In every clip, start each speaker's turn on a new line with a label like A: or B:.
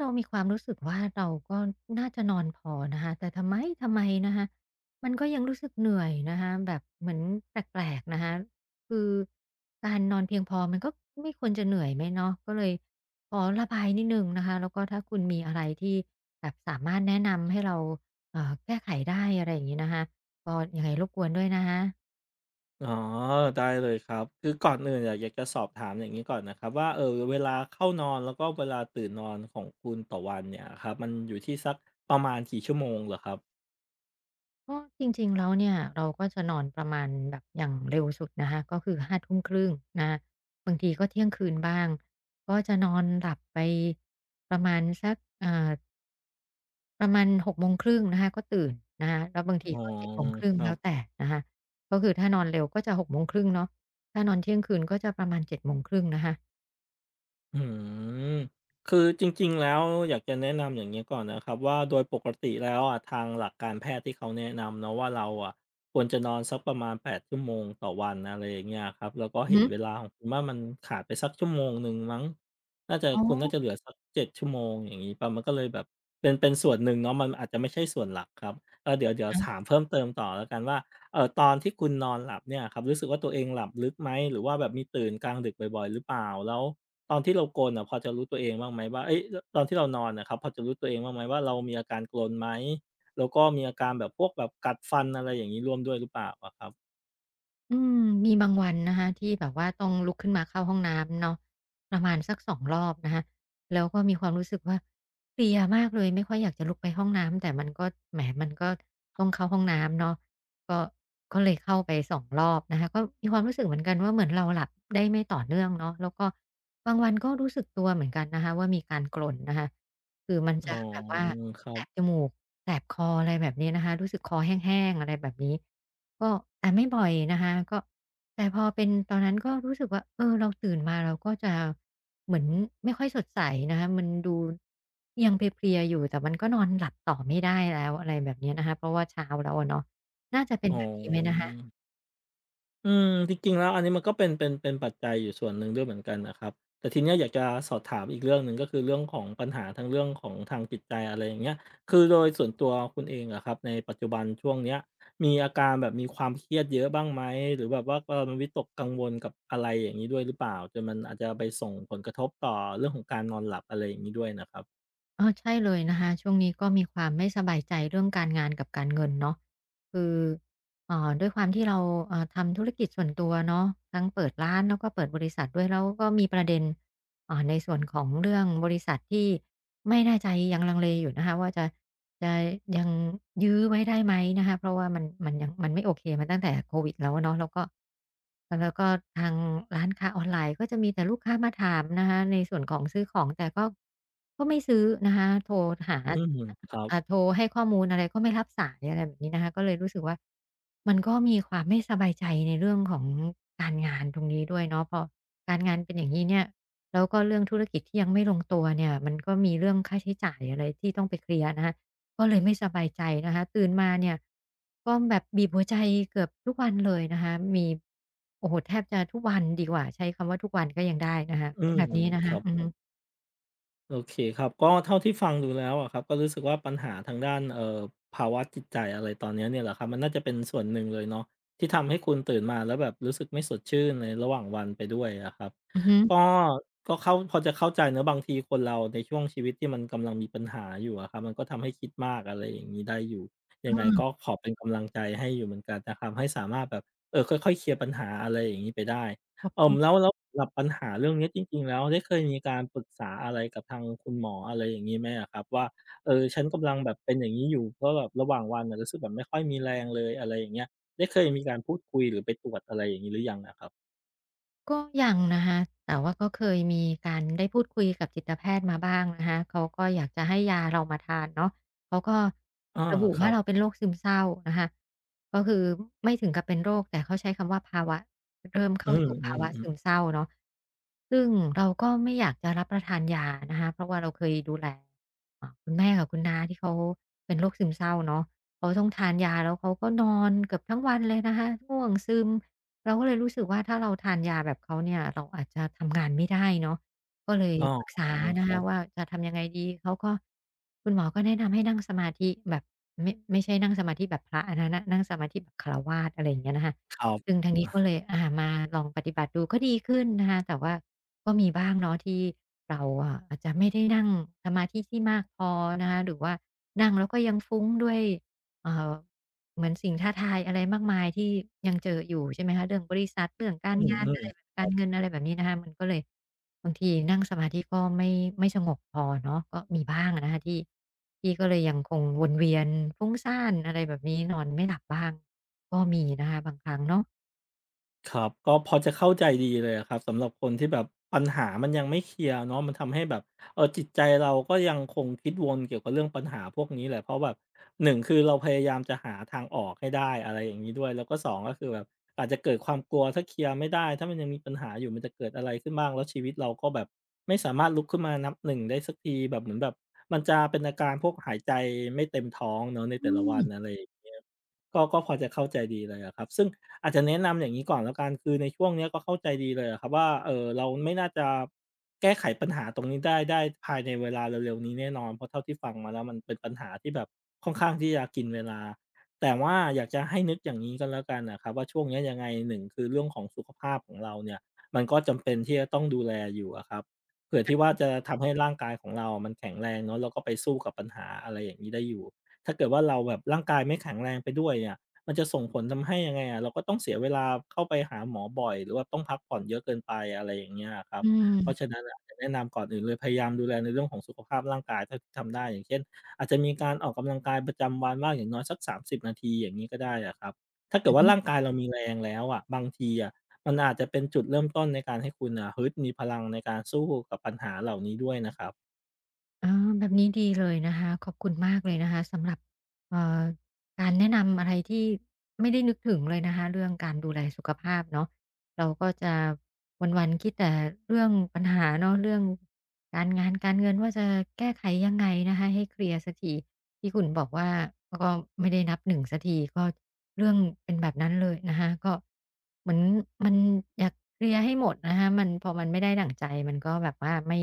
A: เรามีความรู้สึกว่าเราก็น่าจะนอนพอนะคะแต่ทำไมนะคะมันก็ยังรู้สึกเหนื่อยนะคะแบบเหมือนแปลกๆนะคะคือการนอนเพียงพอมันก็ไม่ควรจะเหนื่อยไหมเนาะก็เลยขอระบายนิดหนึ่งนะคะแล้วก็ถ้าคุณมีอะไรที่แบบสามารถแนะนำให้เราแก้ไขได้อะไรอย่างงี้นะคะก็ยังไงรบกวนด้วยนะคะ
B: อ๋อได้เลยครับคือก่อนอื่นอยากจะสอบถามอย่างนี้ก่อนนะครับว่าเวลาเข้านอนแล้วก็เวลาตื่นนอนของคุณต่อวันเนี่ยครับมันอยู่ที่สักประมาณกี่ชั่วโมงเหรอครับ
A: ก็จริงๆแล้วเนี่ยเราก็จะนอนประมาณแบบอย่างเร็วสุดนะคะก็คือห้าทุ่มครึ่งนะบางทีก็เที่ยงคืนบ้างก็จะนอนหลับไปประมาณสักเอ่าประมาณ6โมงครึ่งนะคะก็ตื่นนะคะแล้วบางที
B: อ๋อ
A: ก็เจ็ดโมงครึ่
B: ค
A: ง
B: รั
A: แล้
B: บ
A: วแต่นะคะก็คือถ้านอนเร็วก็จะ6โมงครึ่งเนาะถ้านอนเที่ยงคืนก็จะประมาณ7โมงครึ่งนะคะ
B: อืมคือจริงๆแล้วอยากจะแนะนำอย่างนี้ก่อนนะครับว่าโดยปกติแล้วอะทางหลักการแพทย์ที่เขาแนะนำเนาะว่าเราอะควรจะนอนสักประมาณแปดชั่วโมงต่อวันอะไรอย่างเงี้ยครับแล้วก็เห็
A: อื
B: น
A: อ
B: เวลาของคุณว่ามันขาดไปสักชั่วโมงหนึ่งมั้งน่าจะ
A: หือ
B: คุณ
A: อ๋
B: น่า
A: อ
B: จะเหลือสักเจ็ดชั่วโมงอย่างนี้เป่ามันก็เลยแบบเป็นส่วนหนึ่งเนาะมันอาจจะไม่ใช่ส่วนหลักครับเออเดี๋ยว
A: ะ
B: ถามเพิ่มเติมต่อแล้วกันว่า ตอนที่คุณนอนหลับเนี่ยครับรู้สึกว่าตัวเองหลับลึกไหมหรือว่าแบบมีตื่นกลางดึกบ่อยๆหรือเปล่าแล้วตอนที่เรากรนอะพอจะรู้ตัวเองบ้างไหมว่าเฮ้ยลตอนที่เรานอนอะครับพอจะรู้ตัวเองบ้างไหมว่าเรามีอาการกรนไหมแล้วก็มีอาการแบบพวกแบบกัดฟันอะไรอย่างงี้ร่วมด้วยหรือเปล่าอะครับ
A: อืมมีบางวันนะคะที่แบบว่าต้องลุกขึ้นมาเข้าห้องน้ำเนาะประมาณสักสองรอบนะคะแล้วก็มีความรู้สึกว่าเพลียมากเลยไม่ค่อยอยากจะลุกไปห้องน้ำแต่มันก็แหมมันก็ต้องเข้าห้องน้ำเนาะก็ก็เลยเข้าไปสองรอบนะคะก็มีความรู้สึกเหมือนกันว่าเหมือนเราหลับได้ไม่ต่อเนื่องเนาะแล้วก็บางวันก็รู้สึกตัวเหมือนกันนะคะว่ามีการกร่นนะคะคือมัน
B: อ๋
A: จะ
B: อ
A: แบบว่า
B: ครั
A: แสบจ
B: บ
A: มูกแสบคออะไรแบบนี้นะคะรู้สึกคอแห้งๆอะไรแบบนี้ ก็อ่าไม่บ่อยนะคะก็แต่พอเป็นตอนนั้นก็รู้สึกว่าเออเราตื่นมาเราก็จะเหมือนไม่ค่อยสดใสนะคะมันดูยังเพลียๆอยู่แต่มันก็นอนหลับต่อไม่ได้แล้วอะไรแบบเนี้ยนะคะเพราะว่าเช้าแล้วอะเนาะน่าจะเป็น
B: อ๋อ
A: แบบนี้ไหมนะคะ
B: อืมจริงๆแล้วอันนี้มันก็เป็นปัจจัยอยู่ส่วนหนึ่งด้วยเหมือนกันนะครับแต่ทีเนี้ยอยากจะสอบถามอีกเรื่องหนึ่งก็คือเรื่องของปัญหาทั้งเรื่องของทางจิตใจอะไรอย่างเงี้ยคือโดยส่วนตัวคุณเองอะครับในปัจจุบันช่วงเนี้ยมีอาการแบบมีความเครียดเยอะบ้างไหมหรือแบบว่ามันวิตกกังวลกับอะไรอย่างงี้ด้วยหรือเปล่าจนมันอาจจะไปส่งผลกระทบต่อเรื่องของการนอนหลับอะไรอย่างงี้ด้วยนะครับ
A: อ๋อใช่เลยนะคะช่วงนี้ก็มีความไม่สบายใจเรื่องการงานกับการเงินเนาะคือด้วยความที่เราทำธุรกิจส่วนตัวเนาะทั้งเปิดร้านแล้วก็เปิดบริษัทด้วยแล้วก็มีประเด็นอ่าในส่วนของเรื่องบริษัทที่ไม่แน่ใจยังลังเลอยู่นะคะว่าจะ จะยังยื้อไว้ได้ไหมนะคะเพราะว่ามันยังมันไม่โอเคมาตั้งแต่โควิดแล้วอเนาะแล้วก็ทางร้านค้าออนไลน์ก็จะมีแต่ลูกค้ามาถามนะคะในส่วนของซื้อของแต่ก็ก็ไม่ซื้อนะคะโทรหา
B: อืมครับ
A: อ่าโทรให้ข้อมูลอะไรก็ไม่รับสายอะไรแบบนี้นะคะก็เลยรู้สึกว่ามันก็มีความไม่สบายใจในเรื่องของการงานตรงนี้ด้วยเนาะพอการงานเป็นอย่างนี้เนี่ยแล้วก็เรื่องธุรกิจที่ยังไม่ลงตัวเนี่ยมันก็มีเรื่องค่าใช้จ่ายอะไรที่ต้องไปเคลียร์นะคะ ก็เลยไม่สบายใจนะคะตื่นมาเนี่ยก็แบบบีบหัวใจเกือบทุกวันเลยนะคะมีโอ้โฮแทบจะทุกวันดีกว่าใช้คำว่าทุกวันก็ยังได้นะคะ
B: อื
A: เป็น
B: ม
A: แบบนี้นะ
B: ค
A: คะ
B: รับ
A: อือ
B: ผ
A: ฮึ
B: ม โอเคครับก็เท่าที่ฟังดูแล้วอะครับก็รู้สึกว่าปัญหาทางด้านภาวะจิตใจอะไรตอนเนี้ยเนี่ยแหละครับมันน่าจะเป็นส่วนหนึ่งเลยเนาะที่ทำให้คุณตื่นมาแล้วแบบรู้สึกไม่สดชื่นในระหว่างวันไปด้วยอะครับ
A: อือฮึ
B: ก็ก็เข้าพอจะเข้าใจเนอะบางทีคนเราในช่วงชีวิตที่มันกำลังมีปัญหาอยู่อะครับมันก็ทำให้คิดมากอะไรอย่างนี้ได้อยู่ยังไงก็ขอเป็นกำลังใจให้อยู่เหมือนกันนะครับให้สามารถแบบเออค่อยๆเคลียร์ปัญหาอะไรอย่างนี้ไปได้ แล้วสำหรับปัญหาเรื่องเนี้ยจริงๆแล้วได้เคยมีการปรึกษาอะไรกับทางคุณหมออะไรอย่างงี้ไหมอะครับว่าเออฉันกำลังแบบเป็นอย่างงี้อยู่เพราะแบบระหว่างวันน่ะรู้สึกแบบไม่ค่อยมีแรงเลยอะไรอย่างเงี้ยได้เคยมีการพูดคุยหรือไปตรวจอะไรอย่างงี้หรือยังอะครับ
A: ก็ยังนะคะแต่ว่าก็เคยมีการได้พูดคุยกับจิตแพทย์มาบ้างนะคะเขาก็อยากจะให้ยาเรามาทานเนาะเขาก็
B: อา
A: ระบุ
B: ครั
A: ว่า
B: บ
A: เราเป็นโรคซึมเศร้านะคะก็คือไม่ถึงกับเป็นโรคแต่เขาใช้คำว่าภาวะเริ่ม
B: อื
A: เข้าสู่ภาวะซึม
B: ม
A: เศร้าเนาะซึ่งเราก็ไม่อยากจะรับประทานยานะคะเพราะว่าเราเคยดูแลอ่าคุณแม่กับคุณน้าที่เขาเป็นโรคซึมเศร้าเนาะเขาต้องทานยาแล้วเขาก็นอนเกือบทั้งวันเลยนะคะง่วงซึม เราก็เลยรู้สึกว่าถ้าเราทานยาแบบเขาเนี่ยเราอาจจะทำงานไม่ได้เนาะก็
B: ๆ
A: เลย
B: ๆอ้อ
A: ปรึกษา
B: ค
A: นะ
B: รั
A: คะว่า
B: บ
A: จะทำยังไงดีเขาก็คุณหมอก็แนะนำให้นั่งสมาธิแบบไม่ใช่นั่งสมาธิแบบพระอันนั้นน่ะนั่งสมาธิแบบฆราวาสอะไรอย่างเงี้ยนะคะ
B: ครับ
A: ซึ่งทางนี้ก็เลยอามาลองปฏิบัติดูก็ดีขึ้นนะคะแต่ว่าก็มีบ้างเนาะที่เราอะอาจจะไม่ได้นั่งสมาธิที่มากพอนะคะหรือว่านั่งแล้วก็ยังฟุ้งด้วยเอ่อ เหมือนสิ่งท้าทายอะไรมากมายที่ยังเจออยู่ใช่ไหมคะเรื่องบริษัทเรื่องกา
B: อื
A: รืงานอะ
B: ม
A: ไรแบ
B: ๆ
A: บการเงินอะไรแบบนี้นะคะมันก็เลยบางทีนั่งสมาธิก็ไม่สงบพอเนาะก็มีบ้างอะนะคะที่ก็เลยยังคงวนเวียนฟุ้งซ่านอะไรแบบนี้นอนไม่หลับบ้างก็มีนะคะบางครั้งเนาะ
B: ครับก็พอจะเข้าใจดีเลยอะครับสำหรับคนที่แบบปัญหามันยังไม่เคลียร์เนาะมันทำให้แบบเออจิตใจเราก็ยังคงคิดวนเกี่ยวกับเรื่องปัญหาพวกนี้แหละเพราะแบบ1คือเราพยายามจะหาทางออกให้ได้อะไรอย่างนี้ด้วยแล้วก็2ก็คือแบบอาจจะเกิดความกลัวถ้าเคลียร์ไม่ได้ถ้ามันยังมีปัญหาอยู่มันจะเกิดอะไรขึ้นบ้างแล้วชีวิตเราก็แบบไม่สามารถลุกขึ้นมานับหนึ่งได้สักทีแบบเหมือนแบบมันจะเป็นอาการพวกหายใจไม่เต็มท้องเนาะใน
A: อื
B: แต่ละวั
A: ม
B: นอะไรอย่างเงี้ยก็พอจะเข้าใจดีเลยอะครับซึ่ง อาจจะแนะนำอย่างนี้ก่อนแล้วกันคือในช่วงเนี้ยก็เข้าใจดีเลยอะครับว่าเออเราไม่น่าจะแก้ไขปัญหาตรงนี้ได้ภายในเวลาเร็วๆนี้แน่นอนเพราะเท่าที่ฟังมาแล้วมันเป็นปัญหาที่แบบค่อนข้างที่จะกินเวลาแต่ว่าอยากจะให้นึกอย่างนี้ก็แล้วกันนะครับว่าช่วงเนี้ยยังไงหนึ่งคือเรื่องของสุขภาพของเราเนี่ยมันก็จำเป็นที่จะต้องดูแลอยู่อะครับเผื่อที่ว่าจะทำให้ร่างกายของเราอะมันแข็งแรงเนาะแล้วก็ไปสู้กับปัญหาอะไรอย่างนี้ได้อยู่ถ้าเกิดว่าเราแบบร่างกายไม่แข็งแรงไปด้วยเนี่ย มันจะส่งผลทำให้ยังไงอะเราก็ต้องเสียเวลาเข้าไปหาหมอบ่อยหรือว่าต้องพักผ่อนเยอะเกินไปอะไรอย่างเงี้ยอะครับ
A: อื
B: เพราะฉะ
A: ม
B: นั้นอะอยากแนะนำก่อนอื่นเลยพยายามดูแลในเรื่องของสุขภาพร่างกายเท่าที่ทำได้อย่างเช่นอาจจะมีการออกกำลังกายประจำวันบ้างอย่างน้อยสัก30นาทีอย่างงี้ก็ได้อะครับถ้าเกิ
A: อื
B: ด
A: อ
B: ว่า
A: ฮึ
B: ร่างกายเรามีแรงแล้วอะบางทีอะมันอาจจะเป็นจุดเริ่มต้นในการให้คุณน่ะฮึดมีพลังในการสู้กับปัญหาเหล่านี้ด้วยนะครับ
A: อ๋อแบบนี้ดีเลยนะคะขอบคุณมากเลยนะคะสำหรับเอ่อการแนะนำอะไรที่ไม่ได้นึกถึงเลยนะคะเรื่องการดูแลสุขภาพเนาะเราก็จะวันๆคิดแต่เรื่องปัญหาเนาะเรื่อง การงานการเงินว่าจะแก้ไขยังไงนะคะให้เคลียร์สักทีที่คุณบอกว่าก็ไม่ได้นับหนึ่งสักทีก็เรื่องเป็นแบบนั้นเลยนะคะก็เหมือนมันอยากเคลียร์ให้หมดนะคะมันพอมันไม่ได้ดั่งใจมันก็แบบว่าไม่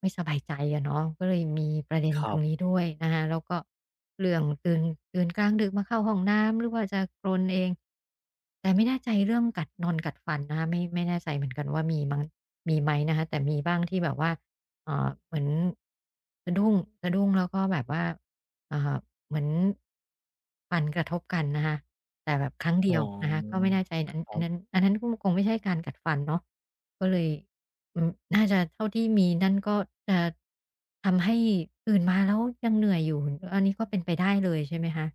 A: ไม่สบายใจอะเนาะก็เลยมีประเด็น
B: ค
A: ต
B: รั
A: รงนี้
B: บ
A: ด้วยนะคะแล้วก็เรื่องตื่นตื่นกลางดึกมาเข้าห้องน้ำหรือว่าจะกรนเองแต่ไม่แน่ใจเรื่องกัดนอนกัดฟันนะคะไม่แน่ใจเหมือนกันว่ามีมั้งมีไหมนะคะแต่มีบ้างที่แบบว่า เหมือนสะดุ้งสะดุ้งแล้วก็แบบว่าเอ่อเหมือนฟันกระทบกันนะคะแต่แบบครั้ง
B: อ๋
A: เดี
B: อ
A: ยวนะคะก็ไม่แน่ใจอัน
B: ค
A: อั
B: รั
A: นนั้น
B: บ
A: อันนั้นก็คงไม่ใช่การกัดฟันเนาะก็เลยอืมน่าจะเท่าที่มีนั่นก็จะทำให้ตื่นมาแล้วยังเหนื่อยอยู่ อันนี้ก็เป็นไปได้เลยใช่ไหมคะ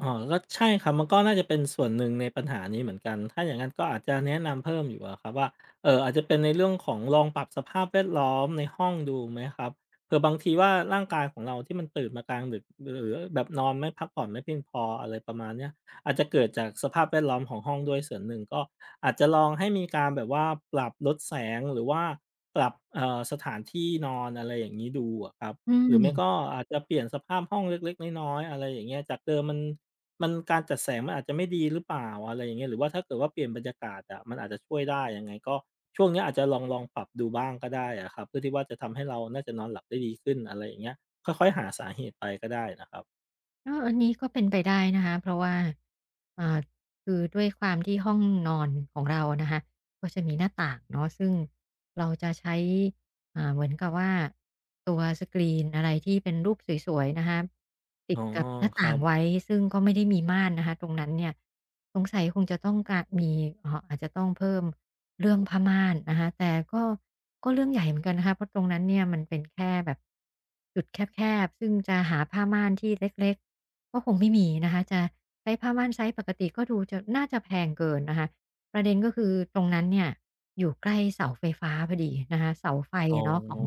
B: อ๋อก็ใช่ครับมันก็น่าจะเป็นส่วนหนึ่งในปัญหานี้เหมือนกันถ้าอย่างนั้นก็อาจจะแนะนำเพิ่มอยู่อะครับว่าอาจจะเป็นในเรื่องของลองปรับสภาพแวดล้อมในห้องดูไหมครับเผื่อบางทีว่าร่างกายของเราที่มันตื่นมากลางดึกหรือแบบนอนไม่พักผ่อนไม่เพียงพออะไรประมาณเนี้ยอาจจะเกิดจากสภาพแวดล้อมของห้องด้วยส่วนหนึ่งก็อาจจะลองให้มีการแบบว่าปรับลดแสงหรือว่าปรับสถานที่นอนอะไรอย่างงี้ดูอะครับ
A: อื
B: หรือไม่
A: ม
B: ก็อาจจะเปลี่ยนสภาพห้องเล็กๆน้อยๆอะไรอย่างเงี้ยจากเดิมมัน การจัดแสงมันอาจจะไม่ดีหรือเปล่าอะไรอย่างเงี้ยหรือว่าถ้าเกิดว่าเปลี่ยนบรรยากาศอะมันอาจจะช่วยได้ยังไงก็ช่วงเนี้ยอาจจะลองปรับดูบ้างก็ได้อะครับเพื่อที่ว่าจะทำให้เราน่าจะนอนหลับได้ดีขึ้นอะไรอย่างเงี้ยค่อยๆหาสาเหตุไปก็ได้นะครับ
A: ก็อันนี้ก็เป็นไปได้นะคะเพราะว่าอ่าคือด้วยความที่ห้องนอนของเรานะคะก็จะมีหน้าต่างเนาะซึ่งเราจะใช้ เหมือนกับว่าตัวสกรีนอะไรที่เป็นรูปสวยๆนะคะติ
B: อ๋
A: ด
B: อ
A: กับหน้า
B: ครั
A: ต่าง
B: บ
A: ไว้ซึ่งก็ไม่ได้มีม่านนะคะตรงนั้นเนี่ยสงสัยคงจะต้องการมีอาจจะต้องเพิ่มเรื่องผ้าม่านนะคะแต่ก็ก็เรื่องใหญ่เหมือนกันนะคะเพราะตรงนั้นเนี่ยมันเป็นแค่แบบจุดแคบๆซึ่งจะหาผ้าม่านที่เล็กๆก็คงไม่มีนะคะจะใช้ผ้าม่านไซส์ปกติก็ดูจะน่าจะแพงเกินนะคะ ประเด็นก็คือตรงนั้นเนี่ยอยู่ใกล้เสาไฟฟ้าพอดีนะคะเสาไฟ
B: อ๋อ
A: อะเนาะของ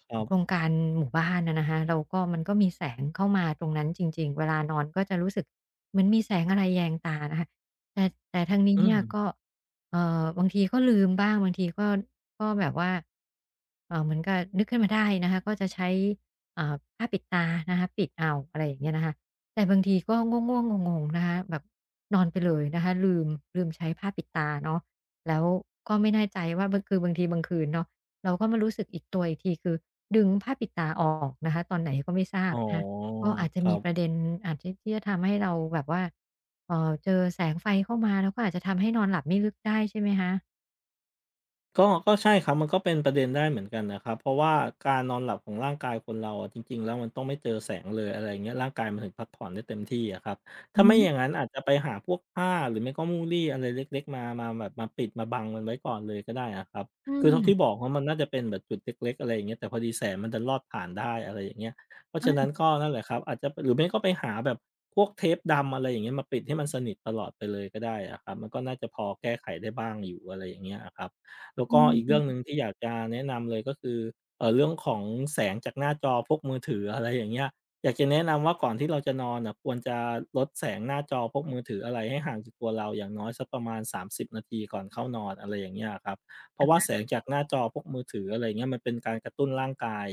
B: ค
A: ข
B: รั
A: องโครง
B: บ
A: การหมู่บ้านนะคะเราก็มันก็มีแสงเข้ามาตรงนั้นจริงๆเวลานอนก็จะรู้สึกเหมือนมีแสงอะไรแยงตานะคะแต่แต่ทางนี้
B: อื
A: เนี่ยก็
B: ม
A: บางทีก็ลืมบ้างบางทีก็ก็แบบว่าเหมือนกับนึกขึ้นมาได้นะคะก็จะใช้ผ้าปิดตานะคะปิดเอาอะไรอย่างเงี้ยนะคะ แต่บางทีก็ง่วงๆงงๆนะคะแบบนอนไปเลยนะคะลืมใช้ผ้าปิดตาเนาะแล้วก็ไม่แน่ใจว่าบางคืนเนาะเราก็มารู้สึกอีกทีคือดึงผ้าปิดตาออกนะคะตอนไหนก็ไม่ทรา
B: อ๋
A: บ
B: อ
A: นะคะก็อาจจะ
B: ครั
A: มีประเด็
B: บ
A: นอาจจะที่จะทำให้เราแบบว่าเจอแสงไฟเข้ามาแล้วก็อาจจะทำให้นอนหลับไม่ลึกได้ใช่ไหมคะ
B: ก็ใช่ครับมันก็เป็นประเด็นได้เหมือนกันนะครับเพราะว่าการนอนหลับของร่างกายคนเราอะจริงๆแล้วมันต้องไม่เจอแสงเลยอะไรอย่างเงี้ยร่างกายมันถึงพักผ่อนได้เต็มที่อะครับ
A: อื
B: ถ้า
A: อ
B: ไม่
A: ฮึ
B: อย่างนั้นอาจจะไปหาพวกผ้าหรือไม่ก็มูลี่อะไรเล็กๆมาแบบมาปิดมาบังมันไว้ก่อนเลยก็ได้อะครับ
A: อื
B: คื
A: ม
B: อเท่าที่บอกว่ามันน่าจะเป็นแบบจุดเล็กๆอะไรอย่างเงี้ยแต่พอดีแสงมันดันลอดผ่านได้อะไรอย่างเงี้ยเพราะฉะนั้น
A: อา
B: ก็นั่นแหละครับอาจจะหรือไม่ก็ไปหาแบบพวกเทปดำอะไรอย่างเงี้ยมาปิดให้มันสนิทตลอดไปเลยก็ได้อะครับมันก็น่าจะพอแก้ไขได้บ้างอยู่อะไรอย่างเงี้ยอะครับ แล้ว
A: อื
B: ก็อีกเรื่องหนึ่
A: ม
B: งที่อยากจะแนะนำเลยก็คือเรื่องของแสงจากหน้าจอพวกมือถืออะไรอย่างเงี้ยอยากจะแนะนำว่าก่อนที่เราจะนอนน่ะควรจะลดแสงหน้าจอพวกมือถืออะไรให้ห่างจากตัวเราอย่างน้อยสักประมาณ30นาทีก่อนเข้านอนอะไรอย่างเงี้ยอะครับเพราะว่าแสงจากหน้าจอพวกมือถืออะไร่างเงี้ยมันเป็นการกระตุ้นร่างกาย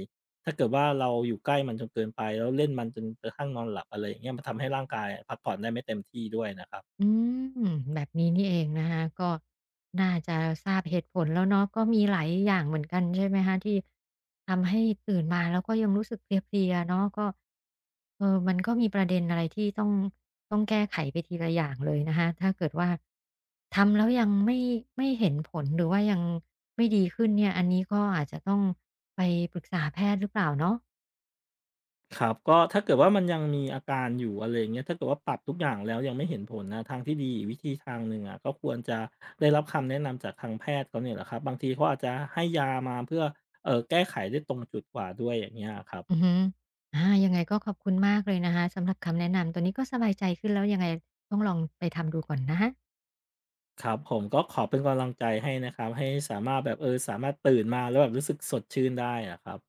B: ถ้าเกิดว่าเราอยู่ใกล้มันจนเกินไปแล้วเล่นมันจนกระทั่งนอนหลับอะไรอย่างเงี้ยมันทำให้ร่างกายพักผ่อนได้ไม่เต็มที่ด้วยนะครับ
A: อืมแบบนี้นี่เองนะคะก็น่าจะทราบเหตุผลแล้วเนาะก็มีหลายอย่างเหมือนกันใช่ไหมคะที่ทำให้ตื่นมาแล้วก็ยังรู้สึกเพลียๆเนาะก็เออมันก็มีประเด็นอะไรที่ต้องแก้ไขไปทีละอย่างเลยนะคะถ้าเกิดว่าทำแล้วยังไม่เห็นผลหรือว่ายังไม่ดีขึ้นเนี่ยอันนี้ก็อาจจะต้องไปปรึกษาแพทย์หรือเปล่าเนาะ
B: ครับก็ถ้าเกิดว่ามันยังมีอาการอยู่อะไรอย่างเงี้ยถ้าเกิดว่าปรับทุกอย่างแล้วยังไม่เห็นผลนะทางที่ดีอีกวิธีทางหนึ่งอ่ะก็ควรจะได้รับคำแนะนำจากทางแพทย์เขาเนี่ยแหละครับบางทีเขาอาจจะให้ยามาเพื่อแก้ไขได้ตรงจุดกว่าด้วยอย่างเงี้ยครับ
A: อือฮึอายังไงก็ขอบคุณมากเลยนะคะสำหรับคำแนะนำตัวนี้ก็สบายใจขึ้นแล้วยังไงต้องลองไปทำดูก่อนนะฮะ
B: ครับผมก็ขอเป็นกำลังใจให้นะครับให้สามารถแบบสามารถตื่นมาแล้วแบบรู้สึกสดชื่นได้อะครับ